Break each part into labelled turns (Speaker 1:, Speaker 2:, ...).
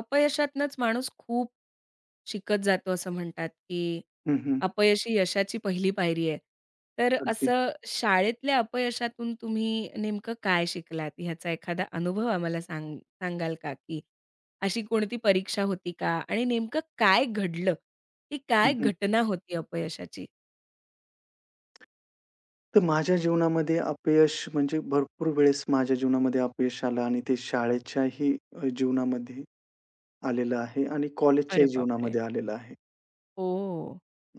Speaker 1: अपयशातनंच माणूस खूप शिकत जातो असं म्हणतात, की
Speaker 2: हं, हं.
Speaker 1: अपयश ही यशाची पहिली पायरी आहे. तर
Speaker 2: अगदी.
Speaker 1: असं शाळेतल्या अपयशातून तुम्ही नेमकं काय शिकलात? ह्याचा एखादा अनुभव आम्हाला सांगाल का? की अशी कोणती परीक्षा होती का? आणि नेमकं काय घडलं? ती
Speaker 2: हं,
Speaker 1: काय
Speaker 2: हं.
Speaker 1: घटना होती अपयशाची?
Speaker 2: तर माझ्या जीवनामध्ये अपयश म्हणजे भरपूर वेळेस माझ्या जीवनामध्ये अपयश आलं आणि ते शाळेच्याही जीवनामध्ये आलेलं आहे आणि
Speaker 1: अरे
Speaker 2: कॉलेजच्याही
Speaker 1: बापरे!
Speaker 2: जीवनामध्ये आलेलं आहे.
Speaker 1: ओह!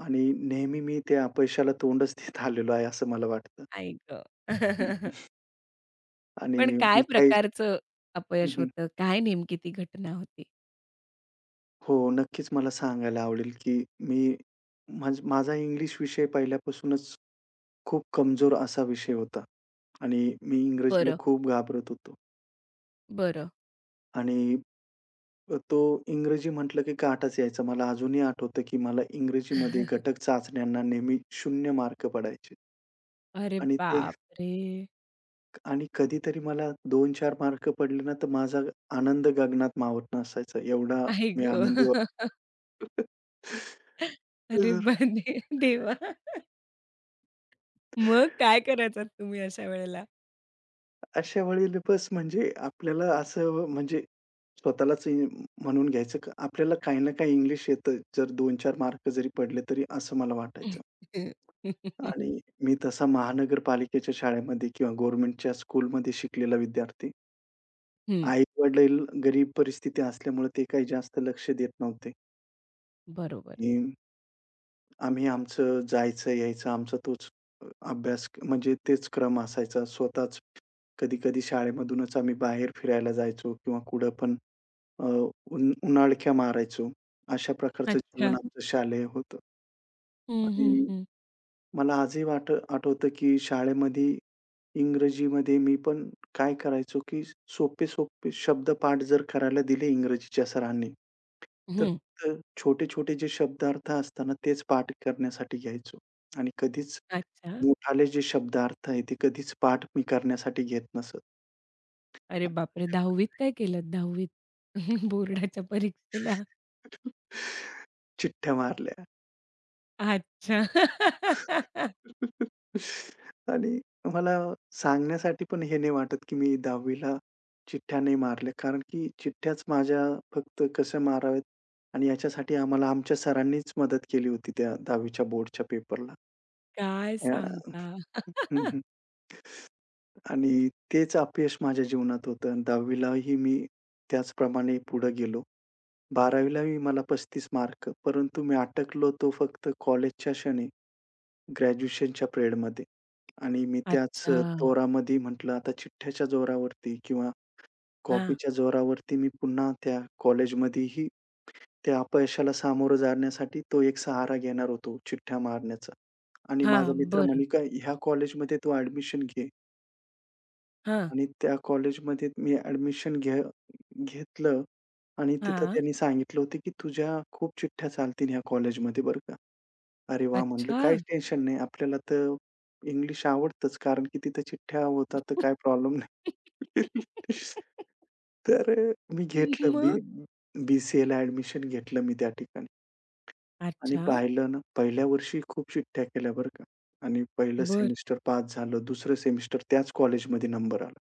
Speaker 2: आणि नेहमी मी त्या अपयशाला तोंडच देत आलेलो आहे असं मला वाटतं.
Speaker 1: आई गं!
Speaker 2: हं. आणि
Speaker 1: पण
Speaker 2: मी
Speaker 1: काय
Speaker 2: काही
Speaker 1: प्रकारचं
Speaker 2: हं,
Speaker 1: अपयश
Speaker 2: हं.
Speaker 1: होतं? काय नेमकी ती घटना होती?
Speaker 2: हो, नक्कीच मला सांगायला आवडेल, की मी माझा इंग्लिश विषय पहिल्यापासूनच खूप कमजोर असा विषय होता आणि मी इंग्रजीला
Speaker 1: बरं.
Speaker 2: खूप घाबरत होतो
Speaker 1: बरं.
Speaker 2: आणि तो इंग्रजी म्हटलं की काटाच यायचा. मला अजूनही आठवतं की मला इंग्रजीमध्ये घटक चाचण्यांना नेहमी 0 मार्क पडायचे
Speaker 1: अरे
Speaker 2: आणि ते
Speaker 1: बापरे!
Speaker 2: आणि कधीतरी मला 2-4 मार्क पडले ना, तर माझा आनंद गगनात मावत नसायचा. एवढा
Speaker 1: आई
Speaker 2: मी आनंदी
Speaker 1: गं!
Speaker 2: व्हायचो.
Speaker 1: अरे
Speaker 2: तर
Speaker 1: बने देवा! मग काय करायचात तुम्ही अशा वेळेला?
Speaker 2: अशा वेळेला बस म्हणजे आपल्याला असं म्हणजे स्वतःलाच म्हणून घ्यायचं, का आपल्याला काही ना काही इंग्लिश येतं. जर 2-4 मार्क जरी पडले तरी असं मला वाटायचं. आणि मी तसा महानगरपालिकेच्या शाळेमध्ये किंवा गव्हर्नमेंटच्या स्कूलमध्ये शिकलेला विद्यार्थी.
Speaker 1: हं,
Speaker 2: आई-वडील गरीब परिस्थिती असल्यामुळे ते काही जास्त लक्ष देत नव्हते.
Speaker 1: बरोबर.
Speaker 2: की आम्ही आमचं जायचं, यायचं आमचा तोच अभ्यास म्हणजे तेच क्रम असायचा. स्वतःच कधी-कधी शाळेमधूनच आम्ही बाहेर फिरायला जायचो किंवा कुठं पण अ, उन्हाळक्या मारायचो. अशा प्रकारचं जीवन
Speaker 1: अच्छा.
Speaker 2: आमचं शालेय होतं
Speaker 1: हं, हं,
Speaker 2: आणि
Speaker 1: हं.
Speaker 2: मला आजही वाट आठवतं, की शाळेमध्ये इंग्रजीमध्ये मी पण काय करायचो, की सोपे-सोपे शब्दपाठ जर करायला दिले इंग्रजीच्या सरांनी, तर
Speaker 1: हं.
Speaker 2: तर छोटे-छोटे जे शब्दार्थ असताना तेच पाठ करण्यासाठी घ्यायचो आणि कधीच
Speaker 1: अच्छा.
Speaker 2: मोठाले जे शब्दार्थ आहे, ते कधीच पाठ मी करण्यासाठी घेत नसत.
Speaker 1: अरे बापरे! 10वी त काय केलत 10वी त? बोर्डाच्या परीक्षेला?
Speaker 2: चिठ्ठ्या मारल्या.
Speaker 1: अच्छा.
Speaker 2: आणि मला सांगण्यासाठी पण हे नाही वाटत, की मी 10वी ला चिठ्ठ्या नाही मारल्या. कारण की चिठ्ठ्याच माझ्या फक्त कशा माराव्यात आणि याच्यासाठी आम्हाला आमच्या सरांनीच मदत केली होती त्या 10वी च्या बोर्डच्या पेपरला.
Speaker 1: काय
Speaker 2: अ,
Speaker 1: सांगता?
Speaker 2: हं, हं. आणि तेच अपयश माझ्या जीवनात होतं आणि 10वी मी त्याचप्रमाणे पुढे गेलो. 12वी मला 35 मार्क, परंतु मी अटकलो तो फक्त कॉलेजच्या क्षणी. ग्रॅज्युएशनच्या पिरियडमध्ये आणि मी त्याच
Speaker 1: अच्छा.
Speaker 2: जोरामध्ये म्हटलं आता चिठ्ठ्याच्या जोरावरती किंवा
Speaker 1: हां,
Speaker 2: कॉपीच्या जोरावरती मी पुन्हा त्या कॉलेजमध्येही त्या अपयशाला सामोरं जाण्यासाठी तो एक सहारा घेणार होतो चिठ्ठ्या मारण्याचा आणि माझा
Speaker 1: हां.
Speaker 2: मित्र
Speaker 1: बरं.
Speaker 2: म्हणे, "का ह्या कॉलेजमध्ये तू ॲडमिशन घे"
Speaker 1: हां,
Speaker 2: आणि त्या कॉलेजमध्ये मी ॲडमिशन घे घेतलं आणि तिथं
Speaker 1: हां.
Speaker 2: त्यांनी सांगितलं होतं, की "तुझ्या खूप चिठ्ठ्या चालतील ह्या कॉलेजमध्ये बरं का." अरे वाह! म्हटलं
Speaker 1: अच्छा.
Speaker 2: काहीच टेन्शन नाही. आपल्याला तर इंग्लिश आवडतंच कारण की तिथं चिठ्ठ्या होतात तर काही प्रॉब्लेम नाही. तर अ, मी घेतलं बी
Speaker 1: मग?
Speaker 2: बी-सी-एला ॲडमिशन घेतलं मी त्या ठिकाणी आणि
Speaker 1: अच्छा,
Speaker 2: पाहिलं ना, पहिल्या वर्षी खूप चिठ्ठ्या केल्या बरं का आणि पहिलं
Speaker 1: बरं.
Speaker 2: सेमिस्टर पास झालं. दुसरं सेमिस्टर त्याच कॉलेजमध्ये नंबर आला.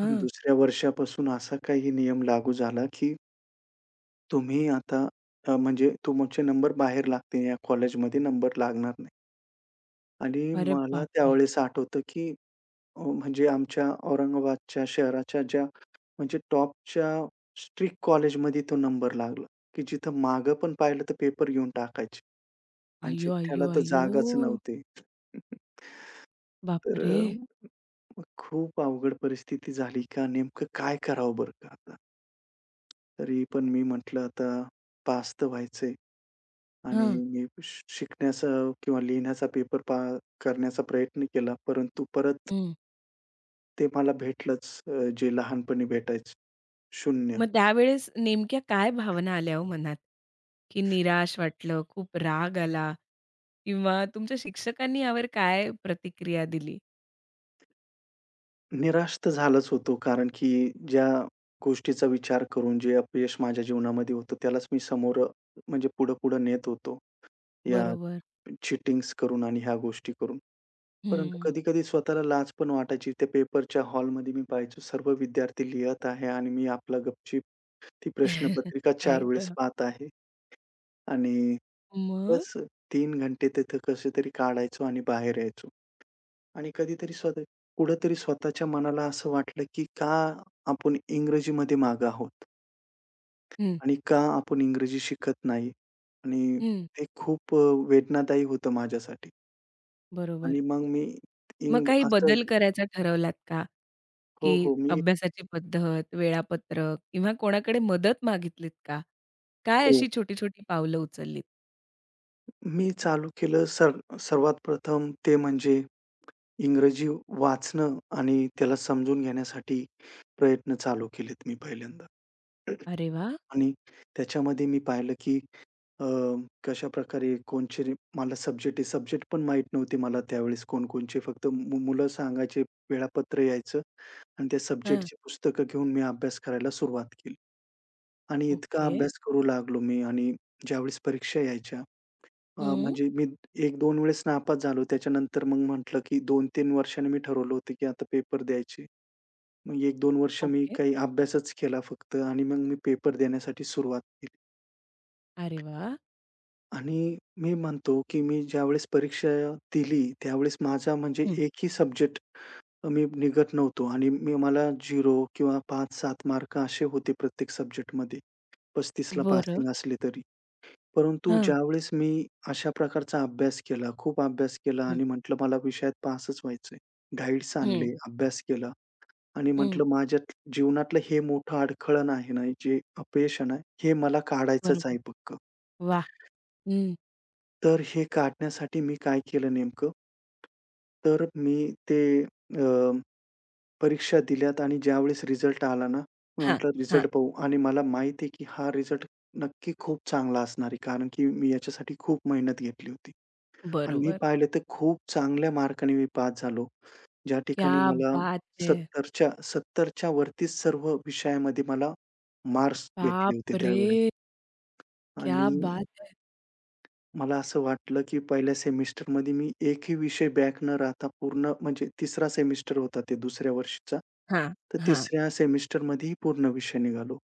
Speaker 2: पण दुसऱ्या वर्षापासून असा काही नियम लागू झाला की तुम्ही आता म्हणजे तुमचे नंबर बाहेर लागतील. या कॉलेजमध्ये नंबर लागणार नाही. आणि
Speaker 1: अरे
Speaker 2: मला
Speaker 1: बापरे!
Speaker 2: त्यावेळेस आठवतं, की म्हणजे आमच्या औरंगाबादच्या शहराच्या ज्या म्हणजे टॉपच्या स्ट्रिक्ट कॉलेजमध्ये तो नंबर लागला, की जिथं मागं पण पाहिलं तर पेपर घेऊन टाकायचे आणि
Speaker 1: अय्यो,
Speaker 2: चिठ्ठ्याला
Speaker 1: अय्यो,
Speaker 2: तर जागाच
Speaker 1: अय्यो!
Speaker 2: नव्हती. तर
Speaker 1: बापरे!
Speaker 2: अ, मग खूप अवघड परिस्थिती झाली का नेमकं काय करावं बरं का आता? तरी पण मी म्हटलं आता पास तर व्हायचंय आणि
Speaker 1: हां.
Speaker 2: मी शिकण्याचा किंवा लिहिण्याचा पेपर पा करण्याचा प्रयत्न केला. परंतु परत
Speaker 1: हं.
Speaker 2: ते मला भेटलंच, जे लहानपणी भेटायचं. 0.
Speaker 1: मग त्यावेळेस नेमक्या काय भावना आल्या हो मनात? की निराश वाटलं, खूप राग आला किंवा तुमच्या शिक्षकांनी यावर काय प्रतिक्रिया दिली?
Speaker 2: निराश तर झालाच होतो कारण की ज्या गोष्टीचा विचार करून जे अपयश माझ्या जीवनामध्ये होतं त्यालाच मी समोर म्हणजे पुढं-पुढं नेत होतो. या
Speaker 1: बरोबर.
Speaker 2: चिटिंग्स करून आणि ह्या गोष्टी करून. परंतु
Speaker 1: हं.
Speaker 2: कधी-कधी स्वतःला लाज पण वाटायची. त्या पेपरच्या हॉलमध्ये मी पाहायचो सर्व विद्यार्थी लिहत आहे आणि मी आपला गपचीप ती प्रश्नपत्रिका
Speaker 1: आई
Speaker 2: 4 वेळेस
Speaker 1: गं!
Speaker 2: पाहत आहे आणि
Speaker 1: मग?
Speaker 2: बस 3 घंटे तिथं कसे तरी काढायचो आणि बाहेर यायचो. आणि कधीतरी स्वतः कुठेतरी स्वतःच्या मनाला असं वाटलं, की का आपण इंग्रजीमध्ये मागे आहोत
Speaker 1: हं.
Speaker 2: आणि का आपण इंग्रजी शिकत नाही? आणि
Speaker 1: हं.
Speaker 2: ते खूप वेदनादायी होतं माझ्यासाठी.
Speaker 1: बरोबर.
Speaker 2: आणि मग मी
Speaker 1: मग काही
Speaker 2: असं
Speaker 1: बदल करायचा ठरवलात का? की
Speaker 2: हो, हो. मी
Speaker 1: अभ्यासाची पद्धत, वेळापत्रक किंवा कोणाकडे मदत मागितलीत का? काय
Speaker 2: हो.
Speaker 1: अशी छोटी-छोटी पावलं उचललीत?
Speaker 2: मी चालू केलं सर्वात प्रथम ते म्हणजे इंग्रजी वाचणं आणि त्याला समजून घेण्यासाठी प्रयत्न चालू केलेत मी पहिल्यांदा.
Speaker 1: अरे वाह!
Speaker 2: आणि त्याच्यामध्ये मी पाहिलं, की अ, कशाप्रकारे मला सब्जेक्ट आहे. सब्जेक्ट पण माहीत नव्हते मला त्यावेळेस कोणकोणचे. फक्त मुलं सांगायचे, वेळापत्र यायचं आणि त्या
Speaker 1: हां.
Speaker 2: सब्जेक्टची पुस्तकं घेऊन मी अभ्यास करायला सुरुवात केली आणि इतका
Speaker 1: ओके.
Speaker 2: अभ्यास करू लागलो मी आणि ज्यावेळेस परीक्षा यायच्या
Speaker 1: हं.
Speaker 2: म्हणजे मी 1-2 वेळेस नापास झालो. त्याच्यानंतर मग म्हटलं, की दोन 3 वर्षांनी मी ठरवलं होतं, की आता पेपर द्यायचे. मग एक दोन वर्ष मी
Speaker 1: ओके.
Speaker 2: काही अभ्यासच केला फक्त आणि मग मी पेपर देण्यासाठी सुरुवात केली.
Speaker 1: अरे वाह!
Speaker 2: आणि मी म्हणतो, की मी ज्यावेळेस परीक्षा दिली, त्यावेळेस माझा म्हणजे
Speaker 1: हं.
Speaker 2: एकही सब्जेक्ट मी निघत नव्हतो आणि मला 0 किंवा पाच 7 मार्क असे होते प्रत्येक सब्जेक्टमध्ये. 35 ला
Speaker 1: बरं.
Speaker 2: पासिंग असले तरी. परंतु
Speaker 1: हां.
Speaker 2: ज्यावेळेस मी अशा प्रकारचा अभ्यास केला, खूप अभ्यास केला
Speaker 1: हं,
Speaker 2: आणि म्हटलं मला विषयात पासच व्हायचंय. गाईड्स
Speaker 1: हं,
Speaker 2: आणले, अभ्यास केला आणि
Speaker 1: हं.
Speaker 2: म्हटलं माझ्या जीवनातलं हे मोठं अडखळण आहे ना, जे अपयश आहे हे मला काढायचंच आहे
Speaker 1: बरोबर.
Speaker 2: पक्कं.
Speaker 1: वाह! हं.
Speaker 2: तर हे काढण्यासाठी मी काय केलं नेमकं? तर मी ते अ, परीक्षा दिल्यात आणि ज्यावेळेस रिझल्ट आला ना,
Speaker 1: हां,
Speaker 2: म्हटलं
Speaker 1: हां.
Speaker 2: रिझल्ट पाहू आणि मला माहिती आहे, की हा रिझल्ट नक्की खूप चांगला असणार आहे. कारण की मी याच्यासाठी खूप मेहनत घेतली होती आणि मी
Speaker 1: बरोबर.
Speaker 2: पाहिलं तर खूप चांगल्या मार्काने मी पास झालो. ज्या ठिकाणी
Speaker 1: क्या
Speaker 2: मला
Speaker 1: बात है!
Speaker 2: 70च्या वरतीच सर्व विषयामध्ये मला मार्क्स भेटले
Speaker 1: बाप
Speaker 2: होते त्यावेळेस
Speaker 1: क्या
Speaker 2: आणि
Speaker 1: बात है!
Speaker 2: मला असं वाटलं, की पहिल्या सेमिस्टरमध्ये मी एकही विषय बॅक न राहता पूर्ण म्हणजे तिसरा सेमिस्टर होता ते दुसऱ्या वर्षीचा.
Speaker 1: हां,
Speaker 2: तर
Speaker 1: हां.
Speaker 2: तिसऱ्या सेमिस्टरमध्येही पूर्ण विषय निघालो.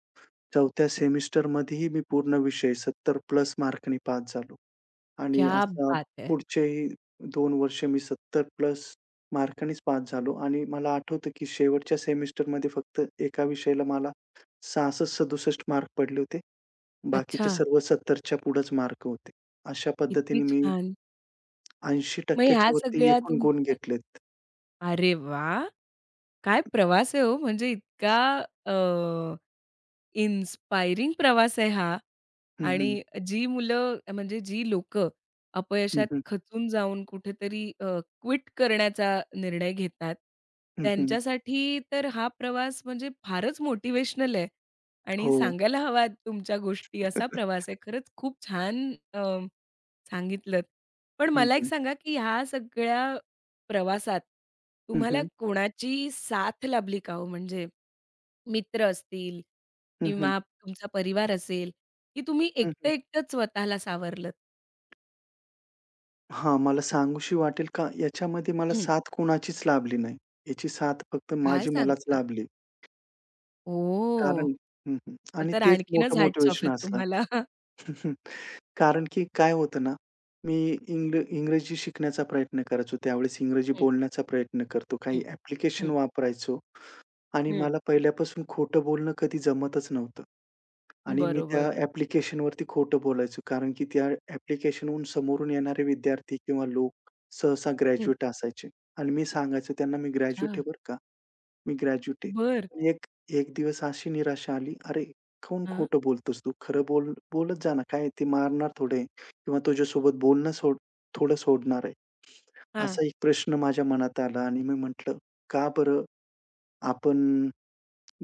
Speaker 2: चौथ्या सेमिस्टरमध्येही मी पूर्ण विषय 70 प्लस मार्कांनी पास झालो आणि
Speaker 1: क्या
Speaker 2: असा
Speaker 1: बात है!
Speaker 2: पुढचेही 2 वर्ष मी 70 प्लस मार्कांनीच पास झालो आणि मला आठवतं, की शेवटच्या सेमिस्टरमध्ये फक्त एका विषयाला मला 66-67 मार्क पडले होते. बाकीचे
Speaker 1: अच्छा.
Speaker 2: सर्व 70च्या पुढेच मार्क होते. अशा
Speaker 1: किती
Speaker 2: पद्धतीने मी
Speaker 1: छान! मग
Speaker 2: 80%
Speaker 1: ह्या
Speaker 2: वरती
Speaker 1: सगळ्या
Speaker 2: एकूण गुण
Speaker 1: तुमच्या
Speaker 2: घेतलेत.
Speaker 1: अरे वाह! काय प्रवास आहे हो, म्हणजे इतका अ, इन्स्पायरिंग प्रवास आहे हा
Speaker 2: हं, हं.
Speaker 1: आणि जी मुलं म्हणजे जी लोकं
Speaker 2: हं,
Speaker 1: अपयशात
Speaker 2: हं.
Speaker 1: खचून जाऊन कुठेतरी क्विट करण्याचा निर्णय घेतात,
Speaker 2: हं, हं.
Speaker 1: त्यांच्यासाठी तर हा प्रवास म्हणजे फारच मोटिवेशनल आहे आणि
Speaker 2: हो.
Speaker 1: सांगायला हवा तुमच्या गोष्टी. असा प्रवास आहे. खरंच खूप छान सांगितलंत. पण
Speaker 2: हं,
Speaker 1: मला एक
Speaker 2: हं.
Speaker 1: सांगा, की ह्या सगळ्या प्रवासात
Speaker 2: हं,
Speaker 1: तुम्हाला
Speaker 2: हं.
Speaker 1: कोणाची साथ लाभली का हो? म्हणजे मित्र असतील
Speaker 2: हं, हं.
Speaker 1: किंवा तुमचा परिवार असेल, की तुम्ही
Speaker 2: हं, हं.
Speaker 1: एकटं-एकटंच स्वतःला सावरलंत?
Speaker 2: हां, मला सांगूशी वाटेल का याच्यामध्ये मला
Speaker 1: हं.
Speaker 2: साथ कोणाचीच लाभली नाही. याची साथ फक्त
Speaker 1: काय
Speaker 2: माझी मलाच
Speaker 1: सांगता?
Speaker 2: लाभली.
Speaker 1: ओ,
Speaker 2: कारण हं, हं.
Speaker 1: मग
Speaker 2: आणि
Speaker 1: तर
Speaker 2: तेच
Speaker 1: आणखीनच
Speaker 2: मोठं
Speaker 1: हॅट्स ऑफ
Speaker 2: मोटिव्हेशन
Speaker 1: आहेत
Speaker 2: असणार.
Speaker 1: तुम्हाला.
Speaker 2: हं. कारण की काय होतं ना, मी इंग्रजी शिकण्याचा प्रयत्न करायचो. त्यावेळेस इंग्रजी
Speaker 1: हं,
Speaker 2: बोलण्याचा प्रयत्न करतो. काही
Speaker 1: हं,
Speaker 2: ॲप्लिकेशन
Speaker 1: हं,
Speaker 2: वापरायचो आणि
Speaker 1: हं.
Speaker 2: मला पहिल्यापासून खोटं बोलणं कधी जमतच नव्हतं. आणि मी त्या
Speaker 1: बरोबर.
Speaker 2: ॲप्लिकेशनवरती खोटं बोलायचो. कारण की त्या ॲप्लिकेशनहून समोरून येणारे विद्यार्थी किंवा लोक सहसा
Speaker 1: हं.
Speaker 2: ग्रॅज्युएट असायचे आणि मी सांगायचो त्यांना मी ग्रॅज्युएट
Speaker 1: अच्छा.
Speaker 2: आहे बरं का. मी ग्रॅज्युएट
Speaker 1: बरं.
Speaker 2: आहे. एक एक दिवस अशी निराशा आली, "अरे, काहून
Speaker 1: हां,
Speaker 2: खोटं बोलतोस तू? खरं बोलत जा ना. काय ते मारणार थोडे किंवा तुझ्यासोबत बोलणं सोड थोडं सोडणार आहे."
Speaker 1: हां.
Speaker 2: असा एक प्रश्न माझ्या मनात आला आणि मी म्हटलं, "का बरं आपण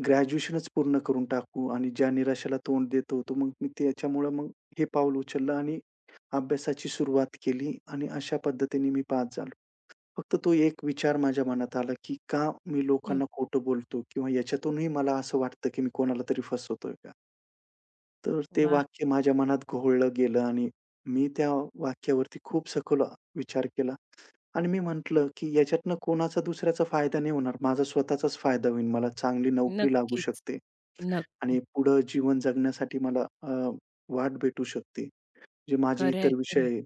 Speaker 2: ग्रॅज्युएशनच पूर्ण करून टाकू आणि ज्या निराशेला तोंड देत होतो." मग मी त्याच्यामुळं हे पाऊल उचललं आणि अभ्यासाची सुरुवात केली आणि अशा पद्धतीने मी पास झालो. फक्त तो एक विचार माझ्या मनात आला, की का मी
Speaker 1: हं.
Speaker 2: लोकांना खोटं बोलतो? किंवा याच्यातूनही मला असं वाटतं, की मी कोणाला तरी फसवतोय का? तर ते
Speaker 1: वाह!
Speaker 2: वाक्य माझ्या मनात घोळलं गेलं आणि मी त्या वाक्यावरती खूप सखोल विचार केला आणि मी म्हटलं, की याच्यातनं कोणाचा दुसऱ्याचा फायदा नाही होणार. माझा स्वतःचाच फायदा होईल. मला चांगली नोकरी लागू
Speaker 1: नक्कीच,
Speaker 2: शकते आणि
Speaker 1: नक्कीच.
Speaker 2: पुढं जीवन जगण्यासाठी मला वाट भेटू शकते. जे माझे
Speaker 1: खरंय,
Speaker 2: इतर
Speaker 1: खरंय.
Speaker 2: विषय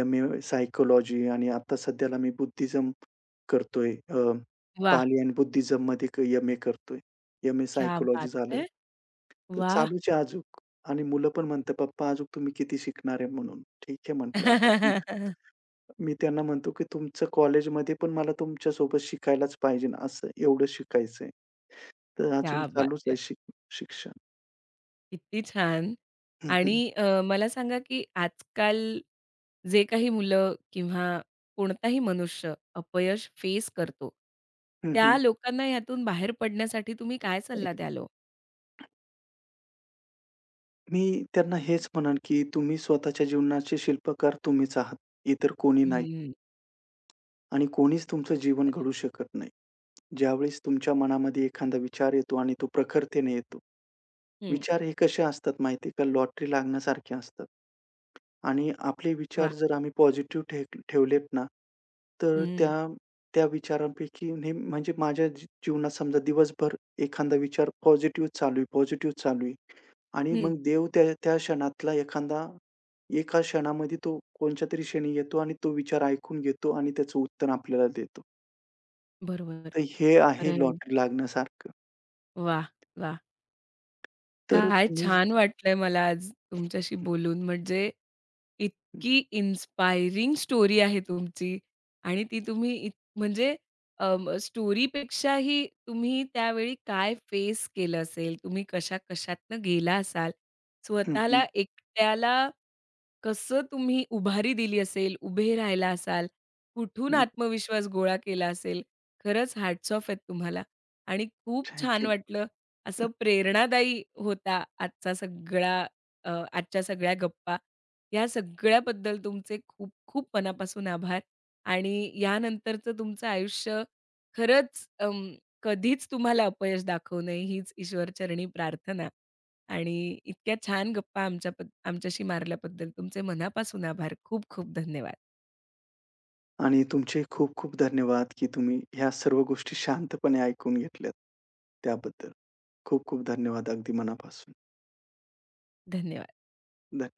Speaker 2: एम-ए सायकॉलॉजी आणि आता सध्याला मी बुद्धिझम करतोय.
Speaker 1: वाह!
Speaker 2: पाली आणि बुद्धिझममध्ये एम-ए करतोय. एम-ए
Speaker 1: क्या
Speaker 2: सायकॉलॉजी
Speaker 1: बात
Speaker 2: झालंय.
Speaker 1: है!
Speaker 2: तर
Speaker 1: वाह!
Speaker 2: चालूच आहे अजून आणि मुलं पण म्हणतात, "पप्पा अजून तुम्ही किती शिकणार आहे?" म्हणून. ठीक आहे म्हटलं आता तुमचं मी त्यांना म्हणतो, की "तुमचं कॉलेजमध्ये पण मला तुमच्यासोबत शिकायलाच पाहिजे ना, असं एवढं शिकायचंय." तर अजून
Speaker 1: क्या बात
Speaker 2: चालूच आहे
Speaker 1: है!
Speaker 2: शिक्षण.
Speaker 1: किती छान.
Speaker 2: हं,
Speaker 1: आणि
Speaker 2: हं.
Speaker 1: मला सांगा, की आजकाल जे काही मुलं किंवा कोणताही मनुष्य अपयश फेस करतो,
Speaker 2: हं, हं.
Speaker 1: त्या लोकांना ह्यातून बाहेर पडण्यासाठी तुम्ही काय सल्ला द्याल ओ?
Speaker 2: मी त्यांना हेच म्हणेन, की तुम्ही स्वतःच्या जीवनाचे शिल्पकार तुम्हीच आहात, इतर कोणी नाही.
Speaker 1: हं,
Speaker 2: आणि कोणीच तुमचं
Speaker 1: अगदी
Speaker 2: जीवन
Speaker 1: खरं आहे.
Speaker 2: घडवू शकत नाही. ज्यावेळेस तुमच्या मनामध्ये एखादा विचार येतो आणि तो प्रखरतेने येतो. विचार हे कसे असतात माहिती का? लॉटरी लागण्यासारखे असतात. आणि आपले विचार
Speaker 1: वाह!
Speaker 2: जर आम्ही पॉझिटिव्ह ठेवलेत ना, तर त्या
Speaker 1: हं,
Speaker 2: त्या विचारांपैकी म्हणजे माझ्या जीवनात समजा दिवसभर एखादा विचार पॉझिटिव्ह चालू आहे, पॉझिटिव्ह चालू आहे आणि
Speaker 1: हं.
Speaker 2: मग देव त्या त्या क्षणातला एखादा एका क्षणामध्ये तो कोणच्यातरी क्षणी येतो आणि तो विचार ऐकून घेतो आणि त्याचं उत्तर आपल्याला देतो.
Speaker 1: बरोबर.
Speaker 2: तर हे आहे
Speaker 1: खरं
Speaker 2: लॉटरी लागण्यासारखं.
Speaker 1: वाह! वाह!
Speaker 2: तर
Speaker 1: काय
Speaker 2: तुम्ही
Speaker 1: छान वाटलंय मला आज तुमच्याशी बोलून. म्हणजे इतकी इन्स्पायरिंग स्टोरी आहे तुमची आणि ती तुम्ही म्हणजे स्टोरीपेक्षाही तुम्ही त्यावेळी काय फेस केलं असेल, तुम्ही कशा-कशातनं गेला असाल,
Speaker 2: हं, हं,
Speaker 1: स्वतःला एकट्याला कसं तुम्ही उभारी दिली असेल, उभे राहिला असाल, कुठून
Speaker 2: हं, हं.
Speaker 1: आत्मविश्वास गोळा केला असेल. खरंच हॅट्स ऑफ आहेत तुम्हाला आणि खूप
Speaker 2: थँक
Speaker 1: छान
Speaker 2: यू.
Speaker 1: वाटलं असं प्रेरणादायी होता आजचा आजच्या सगळ्या गप्पा. या सगळ्याबद्दल तुमचे खूप खूप मनापासून आभार आणि यानंतरचं तुमचं आयुष्य खरंच अं, कधीच तुम्हाला अपयश दाखवू नये हीच ईश्वरचरणी प्रार्थना. आणि इतक्या छान गप्पा आमच्याशी मारल्याबद्दल तुमचे मनापासून आभार. खूप खूप धन्यवाद.
Speaker 2: आणि तुमचे खूप खूप धन्यवाद, की तुम्ही ह्या सर्व गोष्टी शांतपणे ऐकून घेतल्यात. त्याबद्दल खूप खूप धन्यवाद अगदी मनापासून.
Speaker 1: धन्यवाद.
Speaker 2: धन्यवाद.